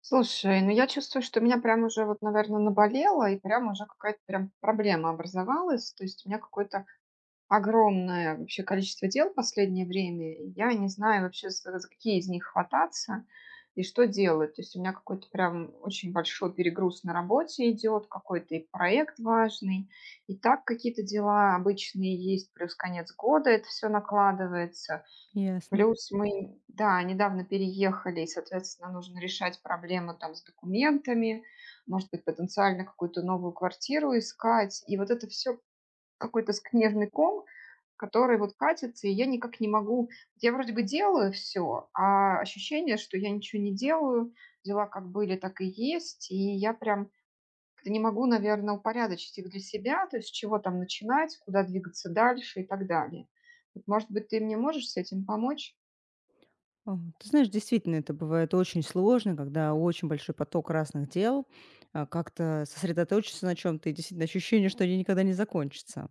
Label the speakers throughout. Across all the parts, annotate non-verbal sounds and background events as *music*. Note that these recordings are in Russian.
Speaker 1: Слушай, ну я чувствую, что у меня прям уже вот, наверное, наболело, и прям уже какая-то прям проблема образовалась. То есть у меня какое-то огромное вообще количество дел в последнее время. Я не знаю вообще, за какие из них хвататься и что делать. То есть у меня какой-то прям очень большой перегруз на работе идет, какой-то и проект важный, и так какие-то дела обычные есть, плюс конец года это все накладывается.
Speaker 2: Ясно.
Speaker 1: Плюс мы, да, недавно переехали, и, соответственно, нужно решать проблемы там с документами, может быть, потенциально какую-то новую квартиру искать. И вот это все какой-то скнежный ком, который вот катится, и я никак не могу. Я вроде бы делаю все, а ощущение, что я ничего не делаю, дела как были, так и есть, и я прям как-то не могу, наверное, упорядочить их для себя, то есть с чего там начинать, куда двигаться дальше и так далее. Вот, может быть, ты мне можешь с этим помочь?
Speaker 2: Ты знаешь, действительно, это бывает очень сложно, когда очень большой поток разных дел, как-то сосредоточиться на чем то и действительно ощущение, что они никогда не закончатся.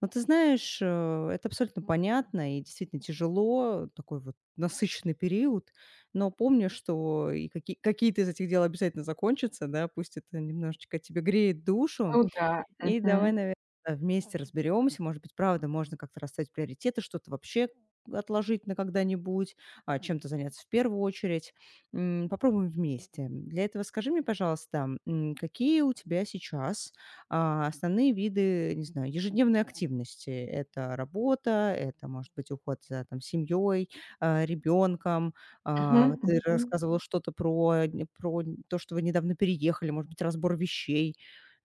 Speaker 2: Но ты знаешь, это абсолютно понятно и действительно тяжело, такой вот насыщенный период, но помни, что и какие-то из этих дел обязательно закончатся, да, пусть это немножечко тебе греет
Speaker 1: Ну
Speaker 2: душу.
Speaker 1: да.
Speaker 2: И
Speaker 1: Мгм.
Speaker 2: давай, наверное, вместе разберемся. Может быть, правда, можно как-то расставить приоритеты, что-то вообще отложить на когда-нибудь, чем-то заняться в первую очередь. М, Попробуем вместе. Для этого скажи мне, пожалуйста, какие у тебя сейчас основные виды, не знаю, ежедневной активности? Это работа, это, может быть, уход за там, семьей, ребенком.
Speaker 1: Мгм.
Speaker 2: А, Ты
Speaker 1: Мгм.
Speaker 2: рассказывала что-то про, то, что вы недавно переехали, может быть, разбор вещей.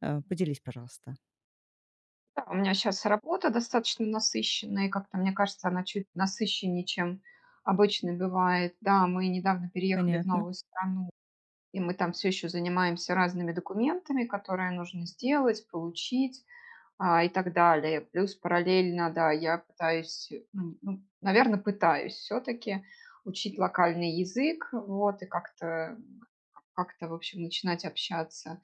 Speaker 2: Э, Поделись, пожалуйста.
Speaker 1: Да, у меня сейчас работа достаточно насыщенная, и как-то, мне кажется, она чуть насыщеннее, чем обычно бывает. Да, мы недавно переехали в
Speaker 2: Понятно.
Speaker 1: новую страну, и мы там все еще занимаемся разными документами, которые нужно сделать, получить, и так далее. Плюс параллельно, да, я пытаюсь, наверное, пытаюсь все таки учить локальный язык, вот, и как-то, в общем, начинать общаться.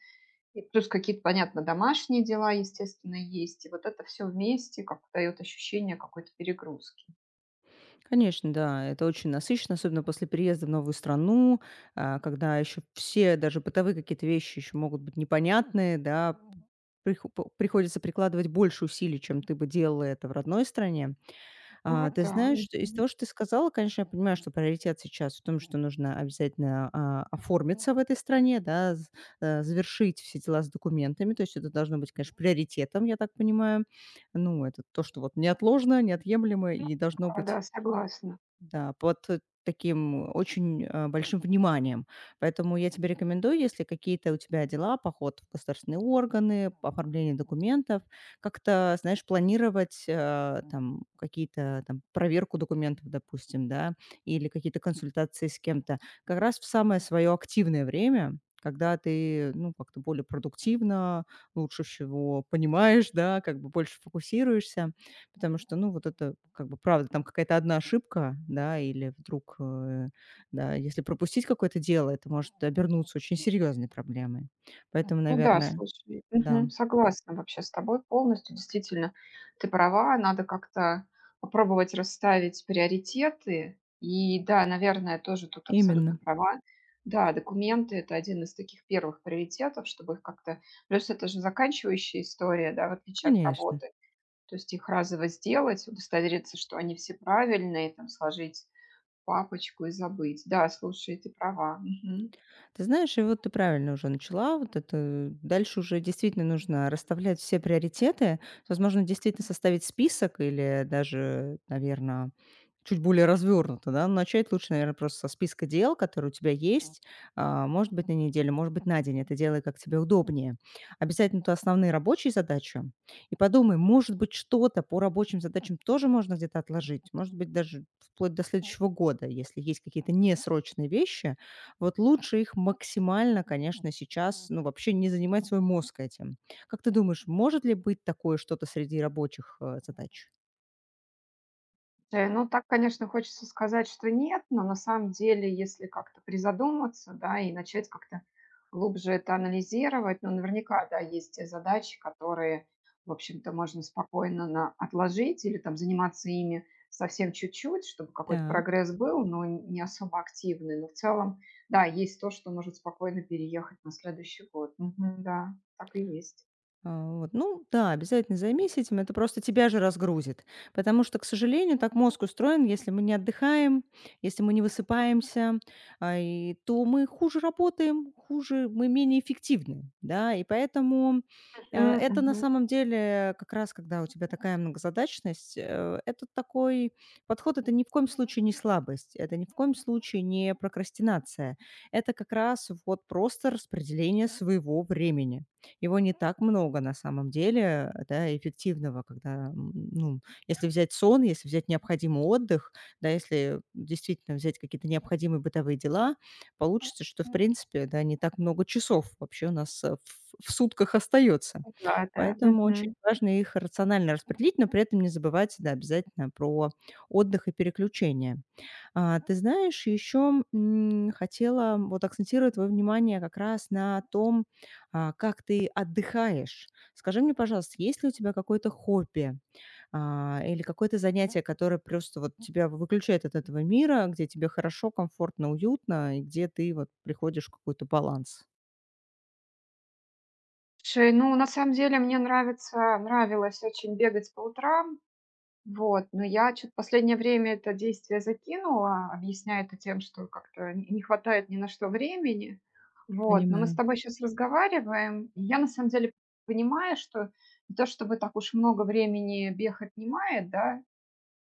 Speaker 1: И плюс какие-то, понятно, домашние дела, естественно, есть. И вот это все вместе как дает ощущение какой-то перегрузки.
Speaker 2: Конечно, да, это очень насыщенно, особенно после переезда в новую страну, когда еще все, даже бытовые какие-то вещи еще могут быть непонятные, да, приходится прикладывать больше усилий, чем ты бы делала это в родной стране.
Speaker 1: Ну вот
Speaker 2: Ты
Speaker 1: да.
Speaker 2: знаешь, что из
Speaker 1: Мгм.
Speaker 2: того, что ты сказала, конечно, я понимаю, что приоритет сейчас в том, что нужно обязательно оформиться в этой стране, да, завершить все дела с документами, то есть это должно быть, конечно, приоритетом, я так понимаю. Ну, это то, что вот неотложно, неотъемлемо
Speaker 1: Ну
Speaker 2: и должно
Speaker 1: да,
Speaker 2: быть.
Speaker 1: да, согласна.
Speaker 2: Да, под таким очень, большим вниманием. Поэтому я тебе рекомендую, если какие-то у тебя дела, поход в государственные органы, оформление документов, как-то, знаешь, планировать, там какие-то там проверку документов, допустим, да, или какие-то консультации с кем-то как раз в самое свое активное время, когда ты, ну, как-то более продуктивно, лучше всего понимаешь, да, как бы больше фокусируешься. Потому что, ну, вот это, как бы, правда, там какая-то одна ошибка, да, или вдруг, да, если пропустить какое-то дело, это может обернуться очень серьезной проблемой. Поэтому,
Speaker 1: Ну да,
Speaker 2: наверное,
Speaker 1: слушай,
Speaker 2: да,
Speaker 1: мгм, согласна вообще с тобой полностью. Действительно, ты права, надо как-то попробовать расставить приоритеты. И да, наверное, тоже тут абсолютно
Speaker 2: именно,
Speaker 1: права. Да, документы- это один из таких первых приоритетов, чтобы их как-то плюс это же заканчивающая история, да, в отличие от
Speaker 2: конечно.
Speaker 1: работы. То есть их разово сделать, удостовериться, что они все правильные, там сложить папочку и забыть. Да, слушай, ты права. Мгм.
Speaker 2: Ты знаешь, и вот ты правильно уже начала. Вот это дальше уже действительно нужно расставлять все приоритеты. Возможно, действительно составить список или даже, наверное, чуть более развернуто, да. но Начать лучше, наверное, просто со списка дел, которые у тебя есть. А, может быть, на неделю, может быть, на день. Это делай, как тебе удобнее. Обязательно то основные рабочие задачи. И подумай, может быть, что-то по рабочим задачам тоже можно где-то отложить. Может быть, даже вплоть до следующего года, если есть какие-то несрочные вещи, вот лучше их максимально, конечно, сейчас, ну, вообще не занимать свой мозг этим. Как ты думаешь, может ли быть такое что-то среди рабочих, задач?
Speaker 1: Ну, так, конечно, хочется сказать, что нет, но на самом деле, если как-то призадуматься, да, и начать как-то глубже это анализировать, ну, наверняка, да, есть те задачи, которые, в общем-то, можно спокойно на отложить или там заниматься ими совсем чуть-чуть, чтобы какой-то
Speaker 2: Так.
Speaker 1: прогресс был, но не особо активный. Но в целом, да, есть то, что может спокойно переехать на следующий год. Мгм, да, так и есть.
Speaker 2: А, вот. Ну да, обязательно займись этим, это просто тебя же разгрузит. Потому что, к сожалению, так мозг устроен, если мы не отдыхаем, если мы не высыпаемся, то мы хуже работаем, хуже, мы менее эффективны, да, и поэтому
Speaker 1: Мгм,
Speaker 2: это на
Speaker 1: мгм.
Speaker 2: самом деле как раз, когда у тебя такая многозадачность, это такой подход, это ни в коем случае не слабость, это ни в коем случае не прокрастинация, это как раз вот просто распределение своего времени. Его не так много на самом деле, да, эффективного, когда, ну, если взять сон, если взять необходимый отдых, да, если действительно взять какие-то необходимые бытовые дела, получится, что, в принципе, да, не так много часов вообще у нас в сутках остается.
Speaker 1: Да, да.
Speaker 2: Поэтому очень
Speaker 1: Мгм.
Speaker 2: важно их рационально распределить, но при этом не забывать, да, обязательно про отдых и переключение. Ты знаешь, еще хотела вот акцентировать твое внимание как раз на том, как ты отдыхаешь. Скажи мне, пожалуйста, есть ли у тебя какое-то хобби, или какое-то занятие, которое просто вот тебя выключает от этого мира, где тебе хорошо, комфортно, уютно и где ты вот приходишь в какой-то баланс?
Speaker 1: Слушай, ну, на самом деле мне нравится нравилось очень бегать по утрам, вот, но я что то последнее время это действие закинула, объясняя это тем, что как-то н не хватает ни на что времени. Вот, но мы с
Speaker 2: Понимаю,
Speaker 1: тобой сейчас разговариваем, и я на самом деле понимаю, что не то чтобы так уж много времени бег отнимает, да.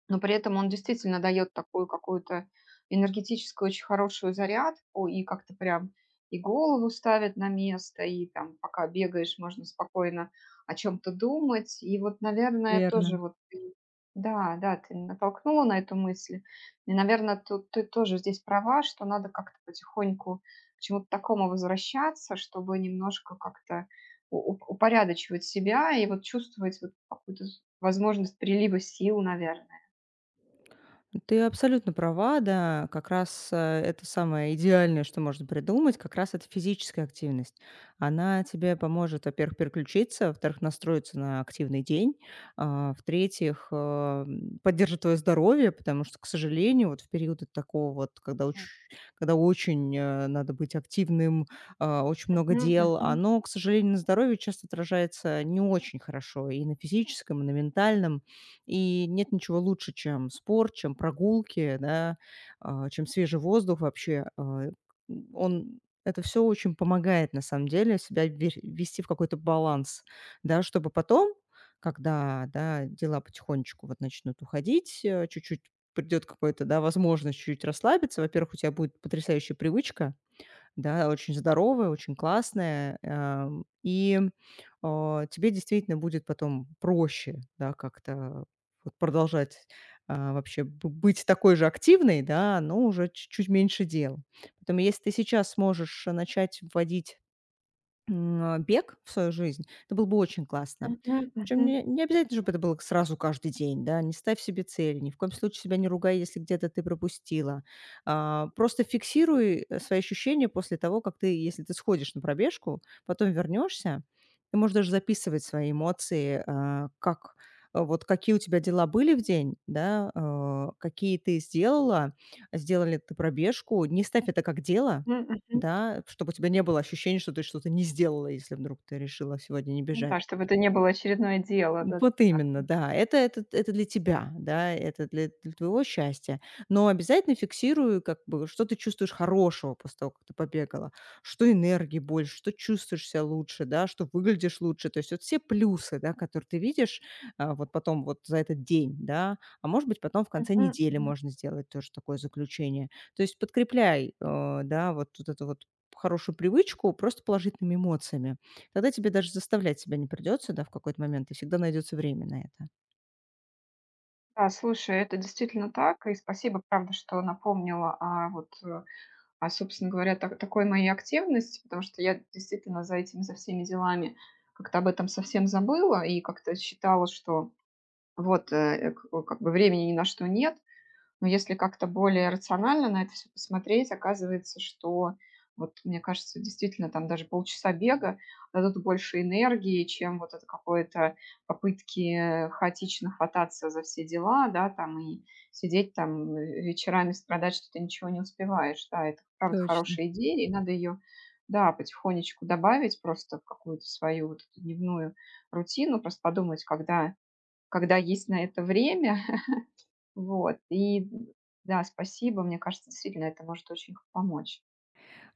Speaker 1: Но при этом он действительно дает такую какую-то энергетическую, очень хорошую зарядку, и как-то прям и голову ставит на место, и там, пока бегаешь, можно спокойно о чем-то думать. И вот, наверное,
Speaker 2: верно.
Speaker 1: да, да, ты натолкнула на эту мысль. И, наверное, тут ты тоже здесь права, что надо как-то потихоньку к чему-то такому возвращаться, чтобы немножко как-то упорядочивать себя и вот чувствовать вот какую-то возможность прилива сил, наверное.
Speaker 2: Ты абсолютно права, да. Как раз, это самое идеальное, что можно придумать, как раз это физическая активность. Она тебе поможет, во-первых, переключиться, во-вторых, настроиться на активный день, в-третьих, поддержит твое здоровье, потому что, к сожалению, вот в периоды такого вот, когда оч Да. Когда очень, надо быть активным, очень много
Speaker 1: Мгм,
Speaker 2: дел,
Speaker 1: мгм,
Speaker 2: оно, к сожалению, на здоровье часто отражается не очень хорошо и на физическом, и на ментальном. И нет ничего лучше, чем спорт, чем прогулки, да, чем свежий воздух вообще. Он это все очень помогает, на самом деле, себя ве ввести в какой-то баланс, да, чтобы потом, когда, да, дела потихонечку вот начнут уходить, чуть-чуть придет какой-то, да, возможность чуть-чуть расслабиться. Во-первых, у тебя будет потрясающая привычка, да, очень здоровая, очень классная, тебе действительно будет потом проще, да, как-то вот продолжать, вообще бы быть такой же активной, да, но уже чуть-чуть меньше дел. Поэтому если ты сейчас сможешь начать вводить бег в свою жизнь, это было бы очень классно.
Speaker 1: мгм,
Speaker 2: Причем
Speaker 1: мгм,
Speaker 2: не обязательно, чтобы это было сразу каждый день, да, не ставь себе цели, ни в коем случае себя не ругай, если где-то ты пропустила. Просто фиксируй свои ощущения после того, как ты, если ты сходишь на пробежку, потом вернешься, ты можешь даже записывать свои эмоции, как вот какие у тебя дела были в день, да, какие ты сделала, сделали ты пробежку, не ставь это как дело,
Speaker 1: мгм, мгм.
Speaker 2: да, чтобы у тебя не было ощущения, что ты что-то не сделала, если вдруг ты решила сегодня не
Speaker 1: Ну
Speaker 2: бежать.
Speaker 1: да, чтобы это не было очередное дело,
Speaker 2: Вот
Speaker 1: да-да-да.
Speaker 2: именно, да. Это для тебя, да, это для твоего счастья. Но обязательно фиксирую, как бы, что ты чувствуешь хорошего после того, как ты побегала. Что энергии больше, что чувствуешь себя лучше, да, что выглядишь лучше. То есть вот все плюсы, да, которые ты видишь, вот потом вот за этот день, да. А может быть, потом в конце
Speaker 1: Мгм,
Speaker 2: недели
Speaker 1: мгм.
Speaker 2: можно сделать тоже такое заключение. То есть подкрепляй, да, вот эту вот хорошую привычку просто положительными эмоциями. Тогда тебе даже заставлять себя не придется, да, в какой-то момент, и всегда найдется время на это.
Speaker 1: Да, слушай, это действительно так, и спасибо, правда, что напомнила о вот, о, собственно говоря, так такой моей активности, потому что я действительно за этими, за всеми делами как-то об этом совсем забыла и как-то считала, что вот, к как бы времени ни на что нет. Но если как-то более рационально на это все посмотреть, оказывается, что вот, мне кажется, действительно, там даже полчаса бега дадут больше энергии, чем вот это какое-то попытки хаотично хвататься за все дела, да, там, и сидеть там ве вечерами страдать, что ты ничего не успеваешь. Да, это правда
Speaker 2: Точно.
Speaker 1: хорошая идея, и надо ее, да, потихонечку добавить просто в какую-то свою вот эту дневную рутину. Просто подумать, когда есть на это время, вот, и да, спасибо. Мне кажется, действительно, это может очень помочь.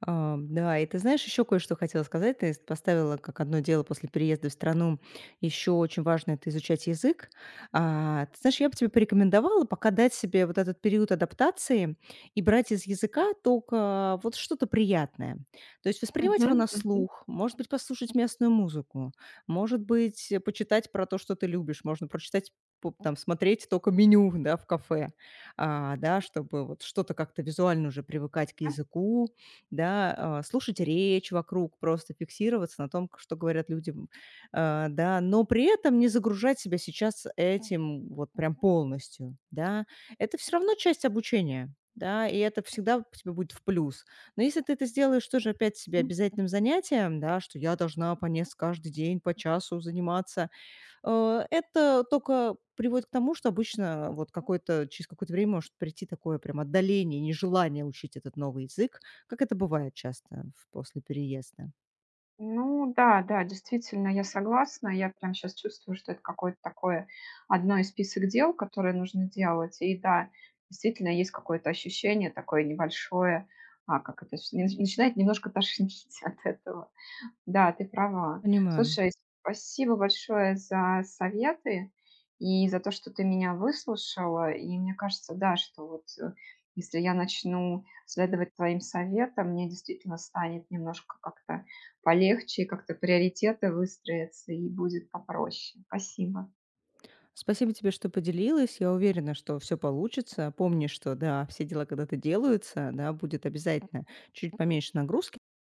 Speaker 2: Да, и ты знаешь, еще кое-что хотела сказать. Ты с поставила как одно дело после переезда в страну, еще очень важно — это изучать язык. Ты знаешь, я бы тебе порекомендовала пока дать себе вот этот период адаптации и брать из языка только вот что-то приятное. То есть воспринимать его
Speaker 1: Мгм,
Speaker 2: на
Speaker 1: мгм.
Speaker 2: слух, может быть, послушать местную музыку, может быть, почитать про то, что ты любишь, можно прочитать по там смотреть только меню, да, в кафе, да, чтобы вот что-то как-то визуально уже привыкать к
Speaker 1: Да,
Speaker 2: языку, да, слушать речь вокруг, просто фиксироваться на том, что говорят люди, да, но при этом не загружать себя сейчас этим вот прям полностью, да. Это все равно часть обучения, да, и это всегда тебе будет в плюс. Но если ты это сделаешь тоже опять себе
Speaker 1: м.
Speaker 2: обязательным занятием, да, что я должна по несколько каждый день по часу заниматься, это только приводит к тому, что обычно вот какое-то через какое-то время может прийти такое прям отдаление, нежелание учить этот новый язык, как это бывает часто в после переезда.
Speaker 1: Ну да, да, действительно, я согласна. Я прям сейчас чувствую, что это какое-то такое одно из список дел, которые нужно делать. И да, действительно, есть какое-то ощущение такое небольшое, а, как это, начинает немножко тошнить *laughs* от этого. Да, ты права.
Speaker 2: Понимаю.
Speaker 1: Слушай, спасибо большое за советы и за то, что ты меня выслушала. И мне кажется, да, что вот если я начну следовать твоим советам, мне действительно станет немножко как-то полегче, и как-то приоритеты выстроятся и будет попроще. Спасибо.
Speaker 2: Спасибо тебе, что поделилась. Я уверена, что все получится. Помни, что да, все дела когда-то делаются, да, будет обязательно чуть поменьше нагрузки.